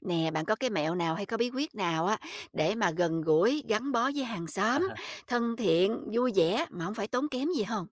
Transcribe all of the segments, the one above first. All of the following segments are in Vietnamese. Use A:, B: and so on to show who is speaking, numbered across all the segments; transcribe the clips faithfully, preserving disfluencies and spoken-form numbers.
A: Nè, bạn có cái mẹo nào hay có bí quyết nào á để mà gần gũi, gắn bó với hàng xóm, thân thiện, vui vẻ mà không phải tốn kém gì không?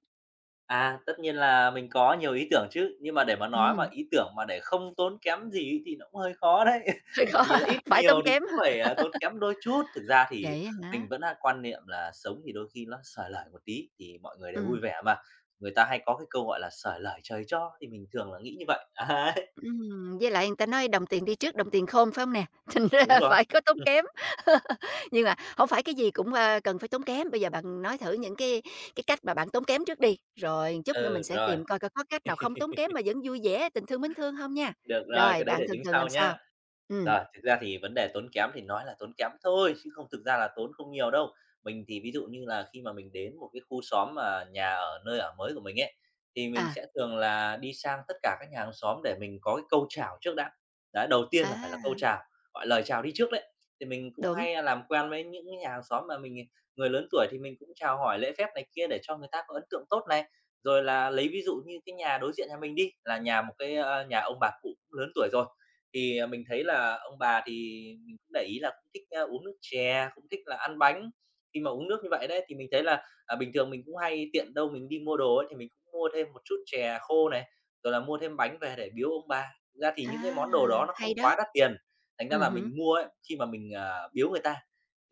B: À, à, tất nhiên là mình có nhiều ý tưởng chứ, nhưng mà để mà nói mà
A: Ừm,
B: ý tưởng mà để không tốn kém gì ấy thì nó cũng hơi khó đấy.
A: hơi
B: Bởi
A: khó,
B: vì là ít
A: phải tốn
B: nhiều thì
A: kém
B: cũng
A: ha.
B: phải, à, tốn kém đôi chút. Thực ra thì
A: Vậy hả?
B: mình vẫn là quan niệm là sống thì đôi khi nó xởi lởi một tí thì mọi người đều vui
A: Ừ,
B: vẻ mà. Người ta hay có cái câu gọi là "xởi lởi trời cho" thì mình thường là nghĩ như vậy. Đấy,
A: ừm, với lại người ta nói đồng tiền đi trước đồng tiền khôn, phải không nè? Thành
B: đúng
A: ra
B: rồi.
A: phải có tốn kém. Nhưng mà không phải cái gì cũng, a, cần phải tốn kém, bây giờ bạn nói thử những cái cái cách mà bạn tốn kém trước đi, rồi chút nữa mình
B: Ừ,
A: sẽ
B: rồi.
A: tìm coi coi có cách nào không tốn kém mà vẫn vui vẻ, tình thương, mến thương không nha.
B: Được rồi,
A: Rồi,
B: cái đấy
A: bạn
B: để
A: thường
B: tính
A: thường làm
B: sau nhá.
A: sao? Ừ,
B: Rồi, thực ra thì vấn đề tốn kém thì nói là tốn kém thôi, chứ không thực ra là tốn không nhiều đâu. Mình thì ví dụ như là khi mà mình đến một cái khu xóm mà nhà ở nơi ở mới của mình ấy, thì mình
A: à.
B: sẽ thường là đi sang tất cả các nhà hàng xóm để mình có cái câu chào trước đã. Đấy, đầu tiên là phải là câu
A: À,
B: chào, gọi lời chào đi trước đấy. Thì mình cũng
A: đúng,
B: hay làm quen với những cái nhà hàng xóm mà mình người lớn tuổi thì mình cũng chào hỏi lễ phép này kia để cho người ta có ấn tượng tốt này. Rồi là lấy ví dụ như cái nhà đối diện nhà mình đi, là nhà một cái, ơ, nhà ông bà cụ cũng lớn tuổi rồi, thì, à, mình thấy là ông bà thì mình cũng để ý là cũng thích, a, uống nước chè, cũng thích là ăn bánh. Khi mà uống nước như vậy đấy, thì mình thấy là, à, bình thường mình cũng hay tiện đâu mình đi mua đồ ấy, thì mình cũng mua thêm một chút chè khô này, rồi là mua thêm bánh về để biếu ông bà. Thực ra thì những cái món đồ
A: à,
B: đó nó không
A: hay đó,
B: quá đắt tiền, thành ra
A: ừm
B: là
A: hứm,
B: mình mua ấy, khi mà mình, à, biếu người ta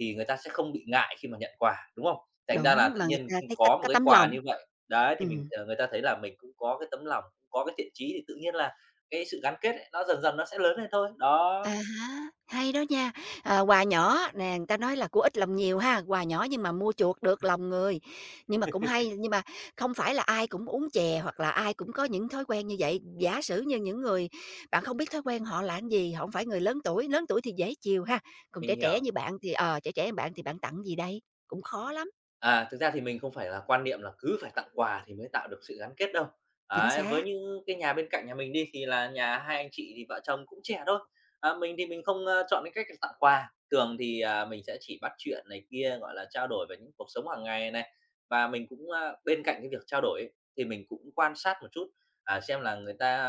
B: thì người ta sẽ không bị ngại khi mà nhận quà, đúng không? Thành
A: đúng,
B: ra là tự
A: mà người
B: nhiên
A: ta
B: khi
A: thấy có
B: có một
A: có
B: cái
A: tấm
B: quà
A: lòng.
B: như vậy, đấy, thì mình,
A: Ừm,
B: ờ, người ta thấy là mình cũng có cái tấm lòng, cũng có cái thiện chí thì tự nhiên là cái sự gắn kết ấy, nó dần dần nó sẽ lớn lên thôi. Đó,
A: à há, hay đó nha, à, quà nhỏ nè, người ta nói là của ít lòng nhiều ha, quà nhỏ nhưng mà mua chuộc được lòng người, nhưng mà cũng hay, nhưng mà không phải là ai cũng uống chè hoặc là ai cũng có những thói quen như vậy. Giả sử như những người bạn không biết thói quen họ là cái gì, họ hổng phải người lớn tuổi, lớn tuổi thì dễ chiều ha, còn trẻ
B: mình
A: trẻ
B: hiểu.
A: như bạn thì, ờ, trẻ trẻ như bạn thì bạn tặng gì đây? Cũng khó lắm.
B: À, thực ra thì mình không phải là quan niệm là cứ phải tặng quà thì mới tạo được sự gắn kết đâu.
A: Chính
B: Đấy, với
A: xác,
B: những cái nhà bên cạnh nhà mình đi thì là nhà hai anh chị thì vợ chồng cũng trẻ thôi. À, mình thì mình không, ơ, chọn cái cách là tặng quà, thường thì, à, mình sẽ chỉ bắt chuyện này kia, gọi là, trao đổi về những cuộc sống hàng ngày này. Và mình cũng, a, bên cạnh cái việc trao đổi ấy, thì mình cũng quan sát một chút, à, xem là người ta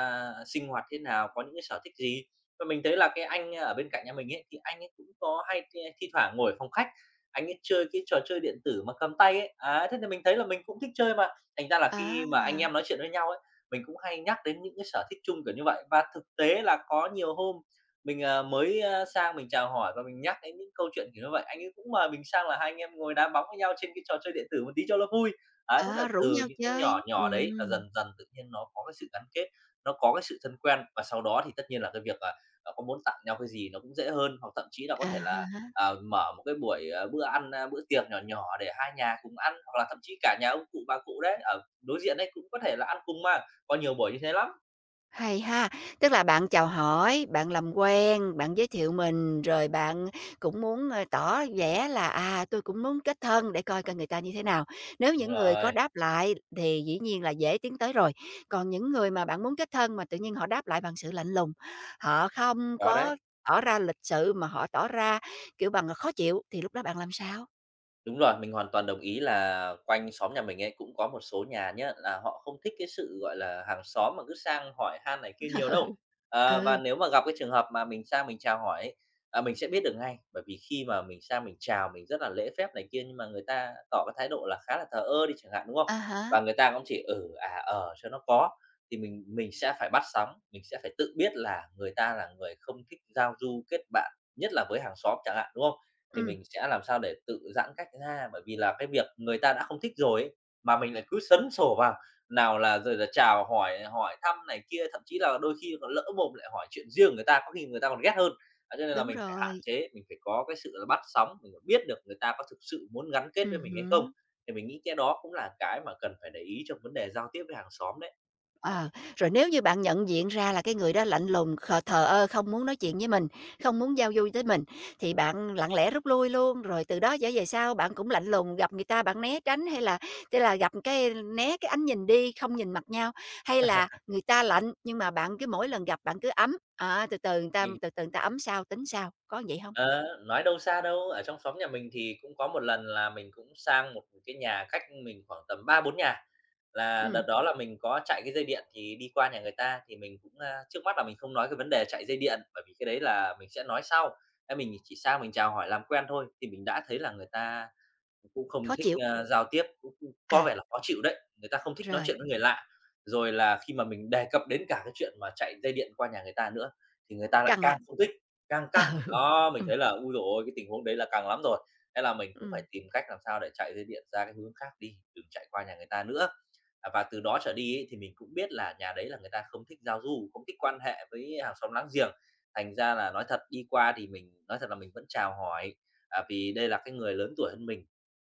B: sinh hoạt thế nào, có những cái sở thích gì. Và mình thấy là cái anh ở bên cạnh nhà mình ấy, thì anh ấy cũng có hay thi thi thoảng ngồi phòng khách, anh ấy chơi cái trò chơi điện tử mà cầm tay ấy. Á, thế thì mình thấy là mình cũng thích chơi mà, thành ra là khi mà anh
A: à.
B: em nói chuyện với nhau ấy, mình cũng hay nhắc đến những cái sở thích chung kiểu như vậy. Và thực tế là có nhiều hôm mình, à, mới, a, sang mình chào hỏi và mình nhắc đến những câu chuyện kiểu như vậy, anh ấy cũng mời mình sang là hai anh em ngồi đá bóng với nhau trên cái trò chơi điện tử một tí cho nó vui. Á, thế là
A: À, rủ
B: từ
A: nhau
B: những cái nhỏ
A: chơi,
B: nhỏ đấy là
A: ừm,
B: dần dần tự nhiên nó có cái sự gắn kết, nó có cái sự thân quen và sau đó thì tất nhiên là cái việc, là à, có muốn tặng nhau cái gì nó cũng dễ hơn, hoặc thậm chí là có
A: à
B: thể là
A: há,
B: ờ, mở một cái buổi, ờ, bữa ăn, a, bữa tiệc nhỏ nhỏ để hai nhà cùng ăn, hoặc là thậm chí cả nhà ông cụ, bà cụ đấy, ở đối diện đấy cũng có thể là ăn cùng mà, có nhiều buổi như thế lắm.
A: hay ha. Tức là bạn chào hỏi, bạn làm quen, bạn giới thiệu mình, rồi bạn cũng muốn, ơ, tỏ vẻ là, à, tôi cũng muốn kết thân để coi coi người ta như thế nào. Nếu
B: Đúng
A: những người có
B: rồi,
A: đáp lại thì dĩ nhiên là dễ tiến tới rồi, còn những người mà bạn muốn kết thân mà tự nhiên họ đáp lại bằng sự lạnh lùng, họ không
B: có đấy.
A: có tỏ ra lịch sự mà họ tỏ ra, kiểu, bằng khó chịu, thì lúc đó bạn làm sao?
B: Đúng rồi, mình hoàn toàn đồng ý là quanh xóm nhà mình ấy cũng có một số nhà nhá, là họ không thích cái sự, gọi là, hàng xóm mà cứ sang hỏi han này kia nhiều đâu.
A: Ừ,
B: Ờ, và
A: ừ.
B: nếu mà gặp cái trường hợp mà mình sang mình chào hỏi ấy, à, mình sẽ biết được ngay, bởi vì khi mà mình sang mình chào mình rất là lễ phép này kia, nhưng mà người ta tỏ cái thái độ là khá là thờ ơ đi chẳng hạn, đúng không?
A: À há,
B: Và người ta cũng chỉ "ừ", "à", "ờ" cho nó có, thì mình mình sẽ phải bắt sóng, mình sẽ phải tự biết là người ta là người không thích giao du kết bạn, nhất là với hàng xóm chẳng hạn, đúng không? Thì
A: ừm,
B: mình sẽ làm sao để tự giãn cách ra, bởi vì là cái việc người ta đã không thích rồi ấy, mà mình lại cứ sấn sổ vào, nào là rồi là chào hỏi, hỏi thăm này kia, thậm chí là đôi khi còn lỡ mồm lại hỏi chuyện riêng người ta, có khi người ta còn ghét hơn. Đấy, cho nên là
A: đúng
B: mình phải hạn
A: rồi,
B: chế, mình phải có cái sự là bắt sóng, mình phải biết được người ta có thực sự muốn gắn kết
A: ừm
B: với mình hay không.
A: hứm.
B: Thì mình nghĩ cái đó cũng là cái mà cần phải để ý trong vấn đề giao tiếp với hàng xóm đấy.
A: Ờ, rồi nếu như bạn nhận diện ra là cái người đó lạnh lùng, khờ thờ ơ, không muốn nói chuyện với mình, không muốn giao du với mình, thì bạn lặng lẽ rút lui luôn, rồi từ đó trở về sau bạn cũng lạnh lùng, gặp người ta bạn né tránh, hay là tức là gặp cái né cái ánh nhìn đi, không nhìn mặt nhau, hay là người ta lạnh nhưng mà bạn cứ mỗi lần gặp bạn cứ ấm, à, từ từ người ta
B: Mình
A: từ từ người ta ấm sao tính sao có vậy không?
B: Ờ, nói đâu xa đâu, ở trong xóm nhà mình thì cũng có một lần là mình cũng sang một cái nhà cách mình khoảng tầm ba bốn nhà. Là đợt
A: Ừm,
B: đó là mình có chạy cái dây điện thì đi qua nhà người ta thì mình cũng, a trước mắt là mình không nói cái vấn đề chạy dây điện, bởi vì cái đấy là mình sẽ nói sau. Thế mình chỉ sang mình chào hỏi làm quen thôi, thì mình đã thấy là người ta cũng không
A: khó
B: thích,
A: chịu,
B: a, giao tiếp, cũng cũng có
A: à,
B: vẻ là khó chịu đấy, người ta không thích nói
A: rồi,
B: chuyện với người lạ. Rồi là khi mà mình đề cập đến cả cái chuyện mà chạy dây điện qua nhà người ta nữa thì người ta lại
A: căng à,
B: càng không thích. Càng căng,
A: ừ,
B: đó, mình
A: ừm,
B: thấy là, ôi giời ôi, cái tình huống đấy là càng lắm rồi. Thế là mình cũng phải tìm cách làm sao để chạy dây điện ra cái hướng khác đi, đừng chạy qua nhà người ta nữa. À, và từ đó trở đi ấy, thì mình cũng biết là nhà đấy là người ta không thích giao du, không thích quan hệ với hàng xóm láng giềng. Thành ra là nói thật đi qua thì mình nói thật là mình vẫn chào hỏi, à, vì đây là cái người lớn tuổi hơn mình,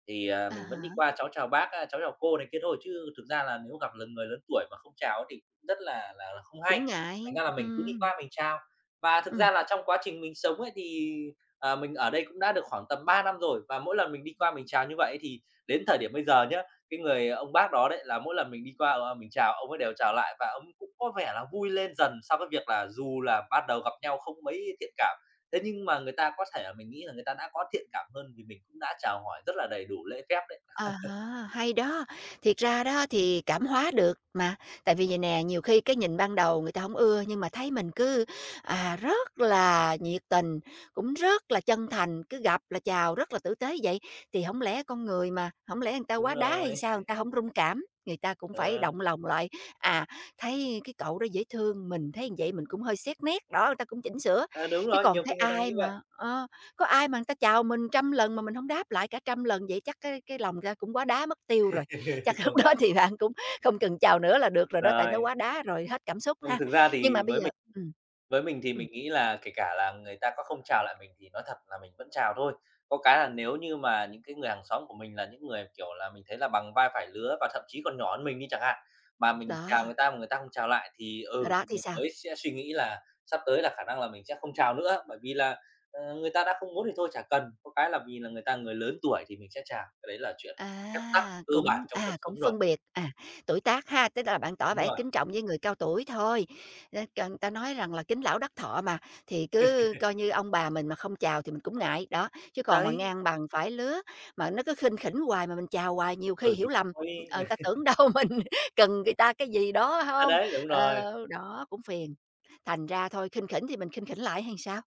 B: thì, à,
A: à
B: mình vẫn đi
A: há,
B: qua cháu chào bác, a, cháu chào cô này kia thôi, chứ thực ra là nếu gặp là người lớn tuổi mà không chào ấy thì cũng rất là là là không hay.
A: cũng ngại,
B: Thành ra là mình cứ đi
A: ừm,
B: qua mình chào. Và thực
A: ừm.
B: ra là trong quá trình mình sống ấy thì, ờ, mình ở đây cũng đã được khoảng tầm ba năm rồi, và mỗi lần mình đi qua mình chào như vậy thì đến thời điểm bây giờ nhá, cái người ông bác đó đấy là mỗi lần mình đi qua, ờ, mình chào ông ấy đều chào lại và ông cũng có vẻ là vui lên dần sau cái việc là dù là ban đầu gặp nhau không mấy thiện cảm, thế nhưng mà người ta có thể là mình nghĩ là người ta đã có thiện cảm hơn vì mình cũng đã chào hỏi rất là đầy đủ lễ phép đấy.
A: À ha, hay đó. Thiệt ra đó thì cảm hóa được mà, tại vì vầy nè, nhiều khi cái nhìn ban đầu người ta không ưa nhưng mà thấy mình cứ, à, rất là nhiệt tình, cũng rất là chân thành, cứ gặp là chào rất là tử tế vậy, thì không lẽ con người mà, không lẽ người ta
B: Đúng
A: quá đá hay
B: rồi,
A: sao, người ta không rung cảm, người ta cũng phải
B: ờ,
A: động lòng lại. À, thấy cái cậu đó dễ thương, mình thấy như vậy mình cũng hơi xét nét, đó, người ta cũng chỉnh sửa,
B: ờ, đúng
A: chứ
B: rồi,
A: còn
B: nhiều
A: thấy
B: khi người ta
A: ai
B: nghĩ vậy.
A: mà ờ. Có ai mà người ta chào mình trăm lần mà mình không đáp lại cả trăm lần vậy chắc cái cái lòng ra cũng quá đá mất tiêu rồi. Chắc lúc
B: Công
A: đó
B: nhận.
A: thì bạn cũng không cần chào nữa là được rồi đó, tại nó
B: Rồi,
A: quá đá rồi, hết cảm xúc
B: không,
A: ha.
B: thực ra
A: Nhưng mà
B: thì
A: bây
B: với
A: giờ
B: mình
A: ừm.
B: với mình thì
A: Ừm,
B: mình nghĩ là kể cả là người ta có không chào lại mình thì nói thật là mình vẫn chào thôi. Có cái là nếu như mà những cái người hàng xóm của mình là những người, kiểu là, mình thấy là bằng vai phải lứa và thậm chí còn nhỏ hơn mình đi chẳng hạn, mà mình chào
A: đó,
B: người ta mà người ta không chào lại thì,
A: đó,
B: ừ,
A: đó
B: thì
A: thì
B: mình
A: sao?
B: mới sẽ suy nghĩ là sắp tới là khả năng là mình sẽ không chào nữa, bởi vì là, ờ, người ta đã không muốn thì thôi chả cần. Có cái là vì là người ta người lớn tuổi thì mình sẽ chào, cái đấy là chuyện, ờ, phép tắc
A: À,
B: cơ
A: cũng
B: bản trong cuộc
A: à,
B: sống
A: cũng
B: rồi.
A: phân biệt, à, tuổi tác ha, tức là bạn tỏ
B: Đúng
A: vẻ
B: rồi.
A: kính trọng với người cao tuổi thôi. Ơ, c người ta nói rằng là kính lão đắc thọ mà, thì cứ coi như ông bà mình mà không chào thì mình cũng ngại, đó, chứ còn mà
B: Đấy,
A: ngang bằng phải lứa, mà nó cứ khinh khỉnh hoài mà mình chào hoài nhiều khi
B: ừ,
A: hiểu
B: thì
A: lầm,
B: thôi.
A: ờ, người ta tưởng đâu mình cần người ta cái gì đó
B: À,
A: không?
B: đấy, đúng
A: Ờ,
B: rồi.
A: đó, cũng phiền. Thành ra thôi khinh khỉnh thì mình khinh khỉnh lại hay sao?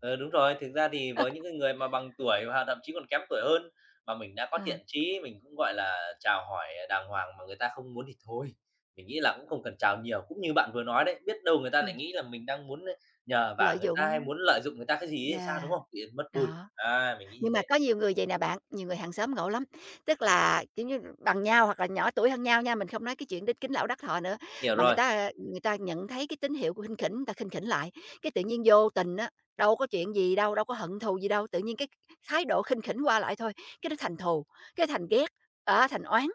B: Ờ, đúng rồi, thực ra thì với những cái người mà bằng tuổi hoặc thậm chí còn kém tuổi hơn mà mình đã có
A: Ờ,
B: thiện chí, mình cũng, gọi là, chào hỏi đàng hoàng mà người ta không muốn thì thôi, mình nghĩ là cũng không cần chào nhiều. Cũng như bạn vừa nói đấy, biết đâu người ta
A: ừm,
B: lại nghĩ là mình đang muốn nhờ vả
A: lợi
B: người
A: dụng,
B: ta hay muốn lợi dụng người ta cái gì ấy thì
A: yeah,
B: sao, đúng không? Tự mất vui.
A: đó.
B: À, mình nghĩ như
A: Nhưng mà
B: thế.
A: có nhiều người vậy nè bạn, nhiều người hàng xóm ngộ lắm, tức là, kiểu như, bằng nhau hoặc là nhỏ tuổi hơn nhau nha, mình không nói cái chuyện đính kính lão đắc thọ nữa,
B: Hiểu
A: mà người
B: rồi,
A: ta, ờ, người ta nhận thấy cái tín hiệu của khinh khỉnh, người ta khinh khỉnh lại, cái tự nhiên vô tình á, đâu có chuyện gì đâu, đâu có hận thù gì đâu, tự nhiên cái thái độ khinh khỉnh qua lại thôi, cái nó thành thù, cái thành ghét, á, thành oán.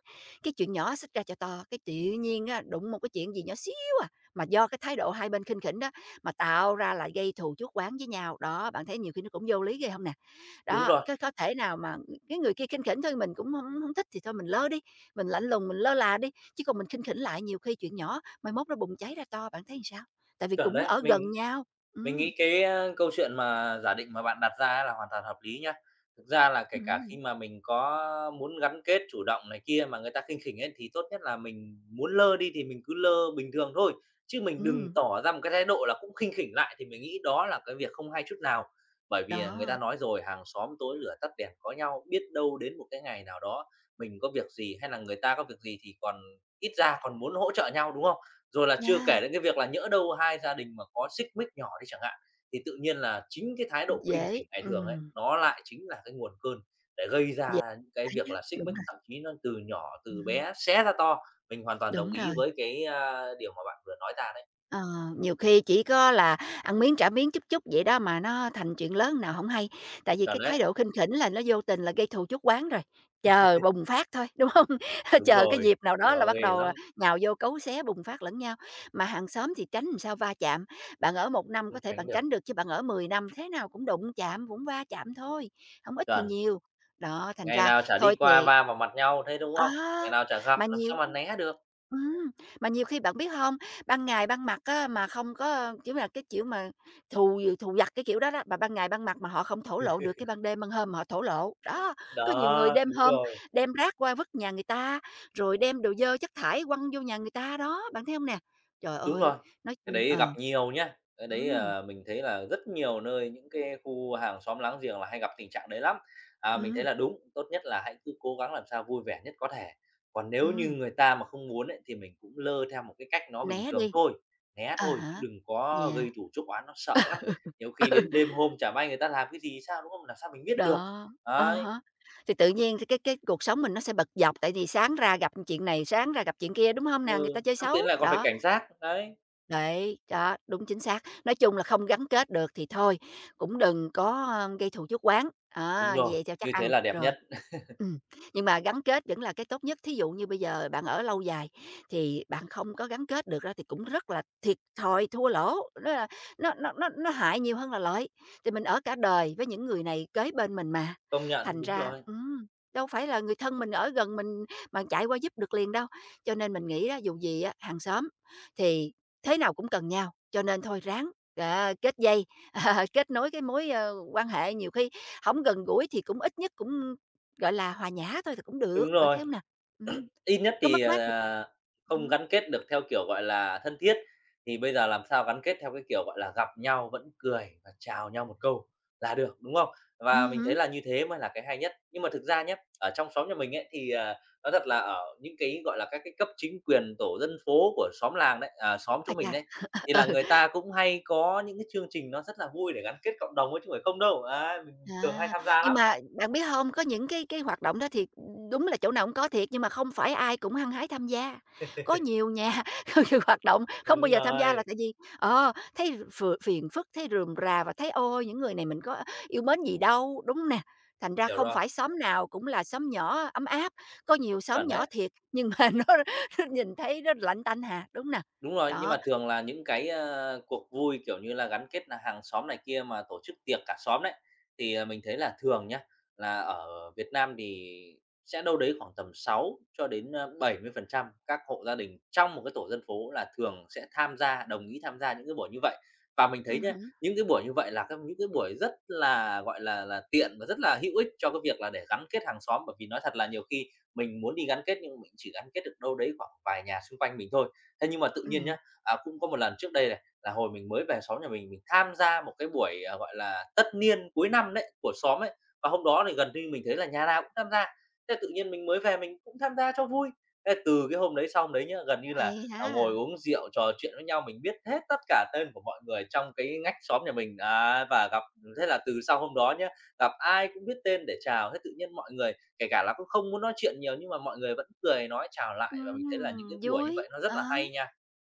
A: Cái chuyện nhỏ xích ra cho to, cái tự nhiên á, đụng một cái chuyện gì nhỏ xíu à, mà do cái thái độ hai bên khinh khỉnh đó, mà tạo ra là gây thù chuốc oán với nhau. Đó, bạn thấy nhiều khi nó cũng vô lý ghê không nè?
B: đúng
A: Đó,
B: rồi,
A: có có thể nào mà cái người kia khinh khỉnh thôi mình cũng không hông thích thì thôi mình lơ đi, mình lạnh lùng, mình lơ là đi, chứ còn mình khinh khỉnh lại nhiều khi chuyện nhỏ, mai mốt nó bùng cháy ra to, bạn thấy làm sao? Tại vì
B: chuẩn
A: cũng
B: đấy.
A: ở gần
B: mình
A: nhau.
B: Mình
A: Ừm.
B: nghĩ cái, a, câu chuyện mà giả định mà bạn đặt ra ấy là hoàn toàn hợp lý nhá. Thực ra là kể cả khi
A: Ừm.
B: mà mình có muốn gắn kết chủ động này kia mà người ta khinh khỉnh ấy, thì tốt nhất là mình muốn lơ đi thì mình cứ lơ bình thường thôi, chứ mình đừng
A: Ừm,
B: tỏ ra một cái thái độ là cũng khinh khỉnh lại, thì mình nghĩ đó là cái việc không hay chút nào. Bởi vì, à, người ta
A: đó,
B: nói rồi, hàng xóm tối lửa tắt đèn có nhau, biết đâu đến một cái ngày nào đó mình có việc gì hay là người ta có việc gì thì còn ít ra còn muốn hỗ trợ nhau, đúng không? Rồi là chưa kể
A: nha
B: đến cái việc là nhỡ đâu hai gia đình mà có xích mích nhỏ đi chẳng hạn, thì tự nhiên là chính cái thái độ khinh
A: dễ,
B: khỉnh ngày thường ấy,
A: ừm,
B: nó lại chính là cái nguồn cơn để gây
A: dễ
B: ra những cái
A: đấy
B: việc
A: đó,
B: là xích
A: đúng
B: mích,
A: rồi,
B: thậm chí nó từ nhỏ, từ
A: ừm
B: bé xé ra to. Mình hoàn toàn đồng
A: đúng
B: ý
A: rồi.
B: với cái, a, điều mà bạn vừa nói ra đấy.
A: Ờ, nhiều khi chỉ có là ăn miếng trả miếng chút chút vậy đó mà nó thành chuyện lớn nào không hay, tại vì cái
B: Chuẩn
A: thái
B: đấy,
A: độ khinh khỉnh là nó vô tình là gây thù chuốc oán rồi, chờ bùng phát thôi, đúng không?
B: đúng
A: Chờ cái
B: rồi,
A: dịp nào
B: cái
A: đó là
B: đó
A: bắt
B: ghê
A: đầu, à,
B: lắm,
A: nhào vô cấu xé bùng phát lẫn nhau. Mà hàng xóm thì tránh làm sao va chạm, bạn ở một năm có
B: không
A: thể
B: tránh
A: bạn
B: được.
A: tránh được chứ bạn ở mười năm thế nào cũng đụng chạm, cũng va chạm thôi, không ít thì
B: Chuẩn,
A: nhiều. Đó, thành
B: ngày
A: ra
B: nào chả
A: thôi
B: đi qua
A: thì,
B: va vào mặt nhau thế, đúng
A: ờ,
B: không? Ngày nào chả gặp,
A: mà
B: làm
A: nhiều
B: sao mà né được.
A: ừm, mà nhiều khi bạn biết không? Ban ngày ban mặt á mà không có kiểu là, cái kiểu mà thù thù vặt, cái kiểu đó đó, mà ban ngày ban mặt mà họ không thổ lộ được, cái ban đêm, ban hôm mà họ thổ lộ. Đó, có nhiều người
B: Đó,
A: đêm
B: đúng
A: hôm
B: rồi.
A: đem rác qua vứt nhà người ta, rồi đem đồ dơ chất thải quăng vô nhà người ta đó, bạn thấy không nè? Trời
B: Đúng
A: ơi,
B: rồi,
A: nói
B: cái
A: chung
B: đấy gặp
A: ờ,
B: nhiều nhá, cái đấy,
A: ừm,
B: ờ, mình thấy là rất nhiều nơi, những cái khu hàng xóm láng giềng là hay gặp tình trạng đấy lắm. À, mình thấy
A: ừm,
B: là đúng, tốt nhất là hãy cứ cố gắng làm sao vui vẻ nhất có thể, còn nếu như
A: ừm,
B: người ta mà không muốn ấy, thì mình cũng lơ theo một cái cách nó
A: né
B: bình
A: đi.
B: thường thôi, né
A: À
B: thôi chứ
A: hả,
B: đừng có
A: yeah.
B: gây thù chuốc oán, nó sợ lắm. Nhiều khi đến đêm hôm chả may người ta làm cái gì sao, đúng không? Làm sao mình biết được.
A: Đó, à
B: Đấy,
A: há, thì tự nhiên thì cái cái cuộc sống mình nó sẽ bật dọc, tại vì sáng ra gặp chuyện này, sáng ra gặp chuyện kia, đúng không nè? Người
B: ừ,
A: ta chơi
B: xong
A: xấu,
B: tiến lại còn phải
A: đó.
B: cảnh giác, đấy.
A: Đấy, đó, đúng chính xác. Nói chung là không gắn kết được thì thôi, cũng đừng có, ơ, gây thù chuốc oán,
B: Đúng
A: á, như
B: rồi,
A: vậy theo chắc
B: như thế
A: ăn
B: là đẹp
A: rồi.
B: nhất,
A: Ừm, nhưng mà gắn kết vẫn là cái tốt nhất. Thí dụ như bây giờ bạn ở lâu dài thì bạn không có gắn kết được ra thì cũng rất là thiệt thòi, thua lỗ, nó là nó nó nó nó hại nhiều hơn là lợi. Thì mình ở cả đời với những người này kế bên mình mà,
B: công nhận,
A: thành
B: đúng
A: ra
B: rồi,
A: ừm, đâu phải là người thân mình ở gần mình mà chạy qua giúp được liền đâu. Cho nên mình nghĩ đó dù gì á, hàng xóm thì thế nào cũng cần nhau, cho nên thôi ráng, à, kết dây, ờ, kết nối cái mối, ơ, quan hệ. Nhiều khi không gần gũi thì cũng ít nhất cũng, gọi là, hòa nhã thôi thì cũng được,
B: đúng
A: bạn
B: rồi.
A: thấy hông nè? Ừm,
B: Ít nhất
A: có
B: thì,
A: mất mát gì
B: ờ, không
A: ừm,
B: gắn kết được theo kiểu, gọi là, thân thiết, thì bây giờ làm sao gắn kết theo cái kiểu, gọi là, gặp nhau vẫn cười và chào nhau một câu là được, đúng không?
A: ừm
B: Và mình thấy
A: hứm,
B: là như thế mới là cái hay nhất. Nhưng mà thực ra nhé ở trong xóm nhà mình ấy, thì, ờ, nói thật là ở những cái, gọi là, các cái cấp chính quyền, tổ dân phố của xóm làng đấy, à, xóm
A: a
B: chỗ mình
A: chà,
B: đấy, thì là người ta cũng hay có những cái chương trình nó rất là vui để gắn kết cộng đồng ấy chứ không phải không đâu. Đấy, mình thường hay
A: à,
B: tham gia
A: nhưng
B: lắm.
A: mà bạn biết không, có những cái cái hoạt động đó thì, đúng là chỗ nào cũng có thiệt, nhưng mà không phải ai cũng hăng hái tham gia. Có nhiều nhà có nhiều hoạt động không bao
B: Đúng
A: giờ tham gia là
B: rồi,
A: tại vì, ờ, thấy ph phiền phức, thấy rườm rà và thấy "Ôi, những người này mình có yêu mến gì đâu", đúng nè? Thành ra
B: hiểu
A: không
B: rồi,
A: phải xóm nào cũng là xóm nhỏ ấm áp, có nhiều xóm
B: chuẩn
A: nhỏ
B: đấy.
A: thiệt, nhưng mà nó nó nhìn thấy nó lạnh tanh hà, đúng nè?
B: Đúng rồi, nhưng
A: Đó,
B: mà thường là những cái, ơ, cuộc vui, kiểu như là, gắn kết là hàng xóm này kia mà tổ chức tiệc cả xóm đấy, thì, ờ, mình thấy là thường nhá, là ở Việt Nam thì sẽ đâu đấy khoảng tầm sáu cho đến, ờ, bảy mươi phần trăm các hộ gia đình trong một cái tổ dân phố là thường sẽ tham gia, đồng ý tham gia những cái buổi như vậy. Và mình thấy
A: ừm
B: nhá,
A: hứm,
B: những cái buổi như vậy là các những cái buổi rất là, gọi là là, tiện và rất là hữu ích cho cái việc là để gắn kết hàng xóm, bởi vì nói thật là nhiều khi mình muốn đi gắn kết nhưng mình chỉ gắn kết được đâu đấy khoảng vài nhà xung quanh mình thôi. Thế nhưng mà tự nhiên
A: ừm,
B: nhá, à, cũng có một lần trước đây này, là hồi mình mới về xóm nhà mình, mình tham gia một cái buổi, à, gọi là, tất niên cuối năm đấy, của xóm ấy, và hôm đó thì gần như mình thấy là nhà nào cũng tham gia. Thế tự nhiên mình mới về mình cũng tham gia cho vui. Thế từ cái hôm đấy xong đấy nhá, gần như là,
A: hay
B: à, ngồi
A: ha,
B: uống rượu trò chuyện với nhau, mình biết hết tất cả tên của mọi người trong cái ngách xóm nhà mình, đấy, và gặp thế là từ sau hôm đó nhá, gặp ai cũng biết tên để chào, thế tự nhiên mọi người. Kể cả là cũng không muốn nói chuyện nhiều nhưng mà mọi người vẫn cười nói chào lại và mình thấy là những
A: ừm,
B: cái buổi như
A: vui,
B: vậy nó rất
A: ờ.
B: là hay nha.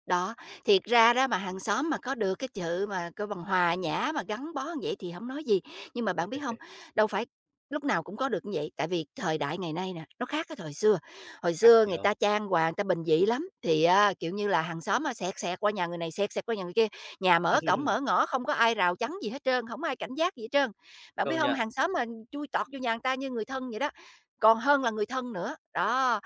A: Đó, thiệt ra đó mà hàng xóm mà có được cái sự mà coi bằng hòa nhã mà gắn bó như vậy thì không nói gì, nhưng mà bạn biết không, đâu phải lúc nào cũng có được như vậy, tại vì thời đại ngày nay nè, nó khác cái thời xưa. Hồi
B: Khác
A: xưa người
B: nhiều.
A: ta trang hoàng, người ta bình dị lắm, thì á, kiểu như là, hàng xóm mà xẹt xẹt qua nhà người này, xẹt xẹt qua nhà người kia, nhà mở cổng mở ngõ không có ai rào chắn gì hết trơn, không ai cảnh giác gì hết trơn. Bạn biết
B: Công
A: không,
B: nhận.
A: hàng xóm mà chui tọt vô nhà người ta như người thân vậy đó, còn hơn là người thân nữa, đó.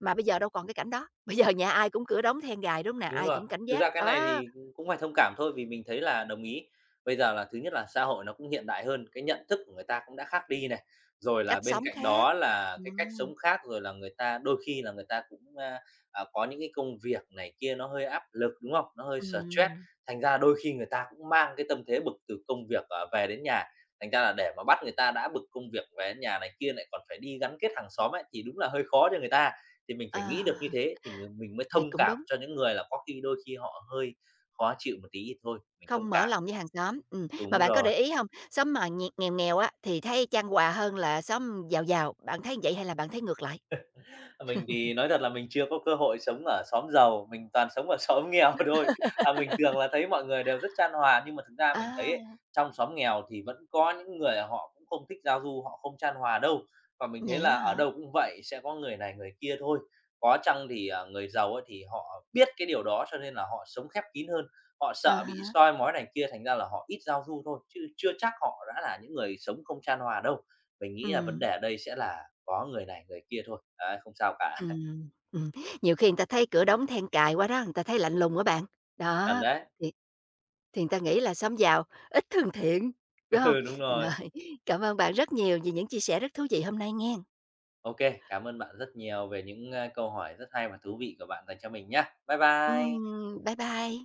A: Mà bây giờ đâu còn cái cảnh đó, bây giờ nhà ai cũng cửa đóng then gài, đúng không nè?
B: Đúng
A: Ai
B: rồi.
A: cũng cảnh
B: Thực
A: giác,
B: ra cái này
A: đó,
B: thì cũng phải thông cảm thôi, vì mình thấy là đồng ý. Bây giờ là thứ nhất là xã hội nó cũng hiện đại hơn, cái nhận thức của người ta cũng đã khác đi này, rồi là
A: cách
B: bên
A: sống
B: cạnh
A: khác.
B: đó là cái cách
A: Ừm,
B: sống khác, rồi là người ta đôi khi là người ta cũng, a, à, có những cái công việc này kia nó hơi áp lực, đúng không? Nó hơi stress,
A: ừm,
B: thành ra đôi khi người ta cũng mang cái tâm thế bực từ công việc, ờ, về đến nhà, thành ra là để mà bắt người ta đã bực công việc về đến nhà này kia lại còn phải đi gắn kết hàng xóm ấy, thì đúng là hơi khó cho người ta. Thì mình phải
A: ờ,
B: nghĩ được như thế thì mình mình mới
A: thì
B: thông
A: cũng
B: cảm
A: đúng,
B: cho những người là có khi đôi khi họ hơi khó chịu một tí thì thôi, mình thông
A: không mở
B: cảm.
A: lòng với hàng xóm. Ừm, mà
B: Đúng
A: bạn có
B: rồi.
A: để ý không, xóm mà nghèo nghèo nghèo á, thì thấy chan hòa hơn là xóm giàu giàu, bạn thấy vậy hay là bạn thấy ngược lại?
B: Mình thì nói thật là mình chưa có cơ hội sống ở xóm giàu, mình toàn sống ở xóm nghèo thôi. À, mình thường là thấy mọi người đều rất tran hòa, nhưng mà thực ra mình
A: À,
B: thấy ấy, trong xóm nghèo thì vẫn có những người họ cũng không thích giao du, họ không tran hòa đâu. Và mình thấy
A: vậy
B: là
A: đó
B: ở
A: hả?
B: đâu cũng vậy, sẽ có người này người kia thôi. Có chăng thì, à, người giàu ấy thì họ biết cái điều đó cho nên là họ sống khép kín hơn, họ
A: À
B: sợ bị
A: há,
B: soi mói này kia, thành ra là họ ít giao du thôi, chứ chưa chắc họ đã là những người sống không tran hòa đâu. Mình nghĩ là vấn
A: ừm,
B: đề ở đây sẽ là có người này người kia thôi, đấy, không sao cả.
A: ừm, ừm, nhiều khi người ta thấy cửa đóng then cài quá đó, người ta thấy lạnh lùng á bạn.
B: Chuẩn
A: Đó,
B: đấy,
A: thì Thì người ta nghĩ là xóm giàu ít thân thiện, phải không?
B: ừ, đúng rồi.
A: Rồi, cảm ơn bạn rất nhiều vì những chia sẻ rất thú vị hôm nay nghe.
B: ô kê, cảm ơn bạn rất nhiều về những, a, câu hỏi rất hay và thú vị của bạn dành cho mình nhá. Bye bye.
A: Ừm, bye bye.